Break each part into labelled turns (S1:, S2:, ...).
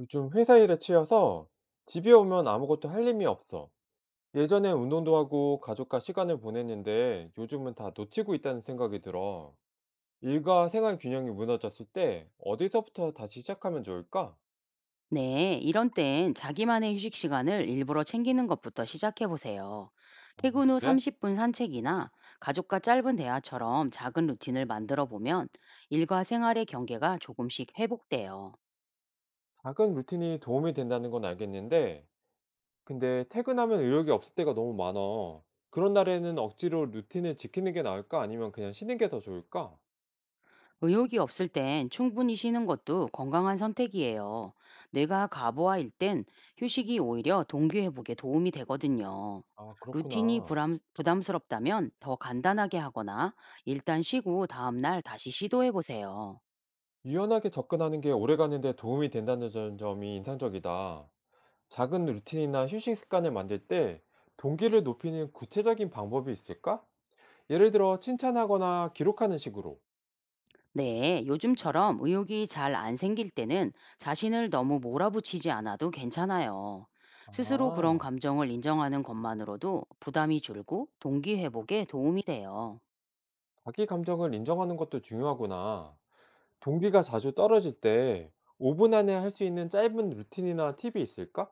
S1: 요즘 회사 일에 치여서 집에 오면 아무것도 할 힘이 없어. 예전엔 운동도 하고 가족과 시간을 보냈는데 요즘은 다 놓치고 있다는 생각이 들어. 일과 생활 균형이 무너졌을 때 어디서부터 다시 시작하면 좋을까?
S2: 네, 이런 땐 자기만의 휴식 시간을 일부러 챙기는 것부터 시작해 보세요.
S1: 아,
S2: 퇴근 후
S1: 그래?
S2: 30분 산책이나 가족과 짧은 대화처럼 작은 루틴을 만들어 보면 일과 생활의 경계가 조금씩 회복돼요.
S1: 작은 루틴이 도움이 된다는 건 알겠는데, 근데 퇴근하면 의욕이 없을 때가 너무 많아. 그런 날에는 억지로 루틴을 지키는 게 나을까? 아니면 그냥 쉬는 게 더 좋을까?
S2: 의욕이 없을 땐 충분히 쉬는 것도 건강한 선택이에요. 뇌가 과부하일 땐 휴식이 오히려 동기 회복에 도움이 되거든요.
S1: 아, 그렇구나.
S2: 부담스럽다면 더 간단하게 하거나 일단 쉬고 다음날 다시 시도해 보세요.
S1: 유연하게 접근하는 게 오래가는 데 도움이 된다는 점이 인상적이다. 작은 루틴이나 휴식 습관을 만들 때 동기를 높이는 구체적인 방법이 있을까? 예를 들어 칭찬하거나 기록하는 식으로.
S2: 네, 요즘처럼 의욕이 잘 안 생길 때는 자신을 너무 몰아붙이지 않아도 괜찮아요. 스스로 그런
S1: 아,
S2: 감정을 인정하는 것만으로도 부담이 줄고 동기 회복에 도움이 돼요.
S1: 자기 감정을 인정하는 것도 중요하구나. 동기가 자주 떨어질 때 5분 안에 할 수 있는 짧은 루틴이나 팁이 있을까?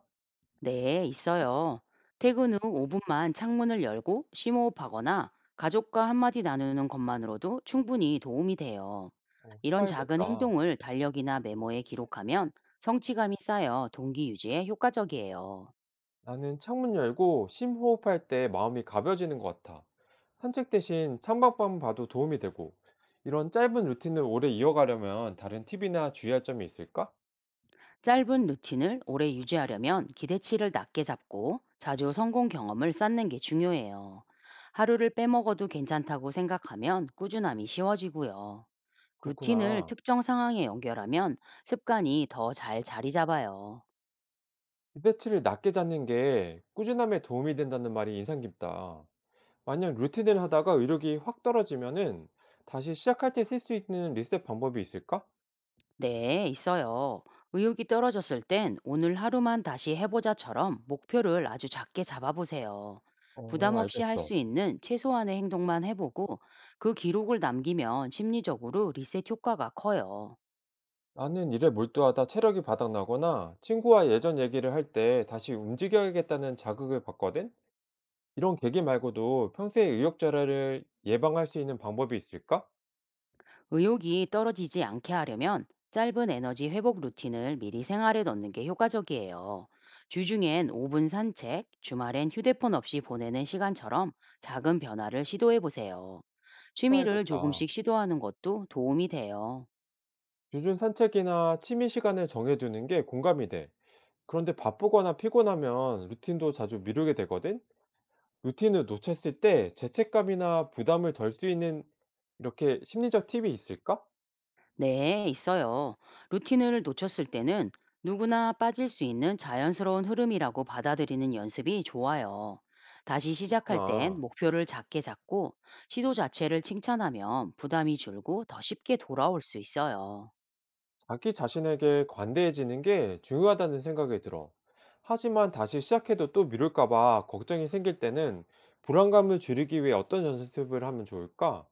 S2: 네, 있어요. 퇴근 후 5분만 창문을 열고 심호흡하거나 가족과 한마디 나누는 것만으로도 충분히 도움이 돼요.
S1: 어,
S2: 이런 작은
S1: 해봐야겠다.
S2: 행동을 달력이나 메모에 기록하면 성취감이 쌓여 동기 유지에 효과적이에요.
S1: 나는 창문 열고 심호흡할 때 마음이 가벼워지는 것 같아. 산책 대신 창밖만 봐도 도움이 되고, 이런 짧은 루틴을 오래 이어가려면 다른 팁이나 주의할 점이 있을까?
S2: 짧은 루틴을 오래 유지하려면 기대치를 낮게 잡고 자주 성공 경험을 쌓는 게 중요해요. 하루를 빼먹어도 괜찮다고 생각하면 꾸준함이 쉬워지고요. 루틴을
S1: 그렇구나.
S2: 특정 상황에 연결하면 습관이 더 잘 자리 잡아요.
S1: 기대치를 낮게 잡는 게 꾸준함에 도움이 된다는 말이 인상 깊다. 만약 루틴을 하다가 의욕이 확 떨어지면은 다시 시작할 때 쓸 수 있는 리셋 방법이 있을까?
S2: 네, 있어요. 의욕이 떨어졌을 땐 오늘 하루만 다시 해보자처럼 목표를 아주 작게 잡아보세요. 부담
S1: 어,
S2: 없이 할
S1: 알겠어.
S2: 수 있는 최소한의 행동만 해보고 그 기록을 남기면 심리적으로 리셋 효과가 커요.
S1: 나는 일에 몰두하다 체력이 바닥나거나 친구와 예전 얘기를 할 때 다시 움직여야겠다는 자극을 받거든? 이런 계기 말고도 평소에 의욕절하를 예방할 수 있는 방법이 있을까?
S2: 의욕이 떨어지지 않게 하려면 짧은 에너지 회복 루틴을 미리 생활에 넣는 게 효과적이에요. 주중엔 5분 산책, 주말엔 휴대폰 없이 보내는 시간처럼 작은 변화를 시도해 보세요. 취미를
S1: 해봐야겠다.
S2: 조금씩 시도하는 것도 도움이 돼요.
S1: 요즘 산책이나 취미 시간을 정해두는 게 공감이 돼. 그런데 바쁘거나 피곤하면 루틴도 자주 미루게 되거든? 루틴을 놓쳤을 때 죄책감이나 부담을 덜 수 있는 이렇게 심리적 팁이 있을까?
S2: 네, 있어요. 루틴을 놓쳤을 때는 누구나 빠질 수 있는 자연스러운 흐름이라고 받아들이는 연습이 좋아요. 다시 시작할 땐
S1: 그렇구나.
S2: 목표를 작게 잡고 시도 자체를 칭찬하면 부담이 줄고 더 쉽게 돌아올 수 있어요.
S1: 자기 자신에게 관대해지는 게 중요하다는 생각이 들어. 하지만 다시 시작해도 또 미룰까 봐 걱정이 생길 때는 불안감을 줄이기 위해 어떤 연습을 하면 좋을까?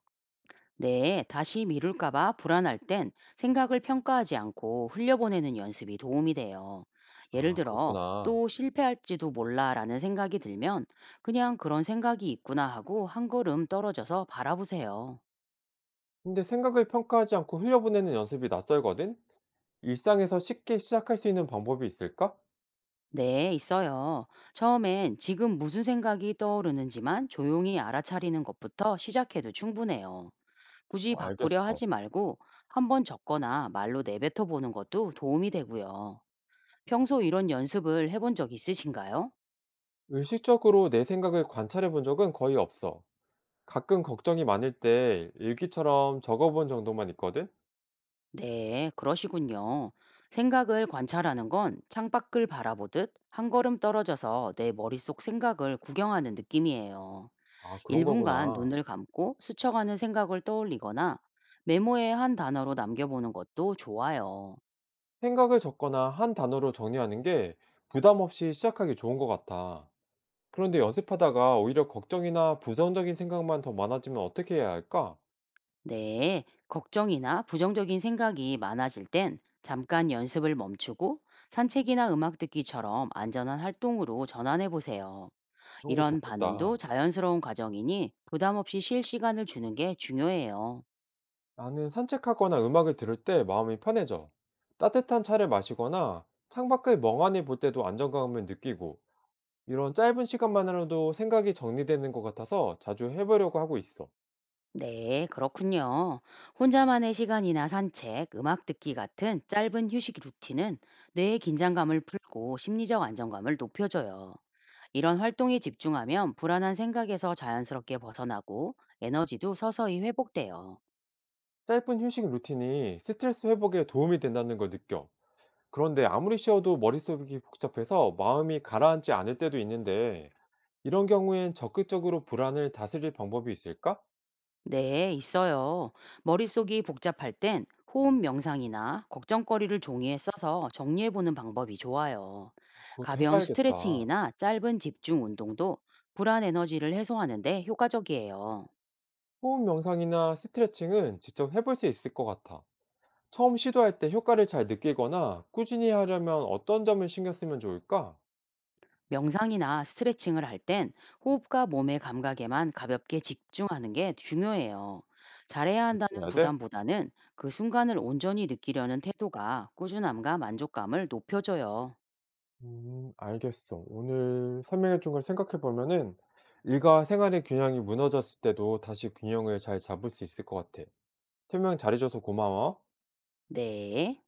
S2: 네, 다시 미룰까봐 불안할 땐 생각을 평가하지 않고 흘려보내는 연습이 도움이 돼요. 예를
S1: 아,
S2: 들어,
S1: 그렇구나.
S2: 또 실패할지도 몰라라는 생각이 들면 그냥 그런 생각이 있구나 하고 한 걸음 떨어져서 바라보세요.
S1: 근데 생각을 평가하지 않고 흘려보내는 연습이 낯설거든? 일상에서 쉽게 시작할 수 있는 방법이 있을까?
S2: 네, 있어요. 처음엔 지금 무슨 생각이 떠오르는지만 조용히 알아차리는 것부터 시작해도 충분해요. 굳이
S1: 어,
S2: 바꾸려
S1: 알겠어.
S2: 하지 말고 한번 적거나 말로 내뱉어 보는 것도 도움이 되고요. 평소 이런 연습을 해본 적 있으신가요?
S1: 의식적으로 내 생각을 관찰해 본 적은 거의 없어. 가끔 걱정이 많을 때 일기처럼 적어본 정도만 있거든?
S2: 네, 그러시군요. 생각을 관찰하는 건 창밖을 바라보듯 한 걸음 떨어져서 내 머릿속 생각을 구경하는 느낌이에요.
S1: 아, 그런
S2: 1분간
S1: 거구나.
S2: 눈을 감고 스쳐가는 생각을 떠올리거나 메모에 한 단어로 남겨보는 것도 좋아요.
S1: 생각을 적거나 한 단어로 정리하는 게 부담 없이 시작하기 좋은 것 같아. 그런데 연습하다가 오히려 걱정이나 부정적인 생각만 더 많아지면 어떻게 해야 할까?
S2: 네, 걱정이나 부정적인 생각이 많아질 땐 잠깐 연습을 멈추고 산책이나 음악 듣기처럼 안전한 활동으로 전환해 보세요.
S1: 그런 거
S2: 이런 반응도
S1: 좋겠다.
S2: 자연스러운 과정이니 부담 없이 쉴 시간을 주는 게 중요해요.
S1: 나는 산책하거나 음악을 들을 때 마음이 편해져. 따뜻한 차를 마시거나 창밖을 멍하니 볼 때도 안정감을 느끼고 이런 짧은 시간만으로도 생각이 정리되는 것 같아서 자주 해보려고 하고 있어.
S2: 네, 그렇군요. 혼자만의 시간이나 산책, 음악 듣기 같은 짧은 휴식 루틴은 뇌의 긴장감을 풀고 심리적 안정감을 높여줘요. 이런 활동에 집중하면 불안한 생각에서 자연스럽게 벗어나고 에너지도 서서히 회복돼요.
S1: 짧은 휴식 루틴이 스트레스 회복에 도움이 된다는 걸 느껴. 그런데 아무리 쉬어도 머릿속이 복잡해서 마음이 가라앉지 않을 때도 있는데 이런 경우엔 적극적으로 불안을 다스릴 방법이 있을까?
S2: 네, 있어요. 머릿속이 복잡할 땐 호흡 명상이나 걱정거리를 종이에 써서 정리해보는 방법이 좋아요.
S1: 그것도
S2: 가벼운
S1: 해봐야겠다.
S2: 스트레칭이나 짧은 집중 운동도 불안 에너지를 해소하는데 효과적이에요.
S1: 호흡 명상이나 스트레칭은 직접 해볼 수 있을 것 같아. 처음 시도할 때 효과를 잘 느끼거나 꾸준히 하려면 어떤 점을 신경 쓰면 좋을까?
S2: 명상이나 스트레칭을 할 땐 호흡과 몸의 감각에만 가볍게 집중하는 게 중요해요. 잘해야 한다는
S1: 해야 돼?
S2: 부담보다는 그 순간을 온전히 느끼려는 태도가 꾸준함과 만족감을 높여줘요.
S1: 알겠어. 오늘 설명해준 걸 생각해보면은 일과 생활의 균형이 무너졌을 때도 다시 균형을 잘 잡을 수 있을 것 같아. 설명 잘해줘서 고마워.
S2: 네.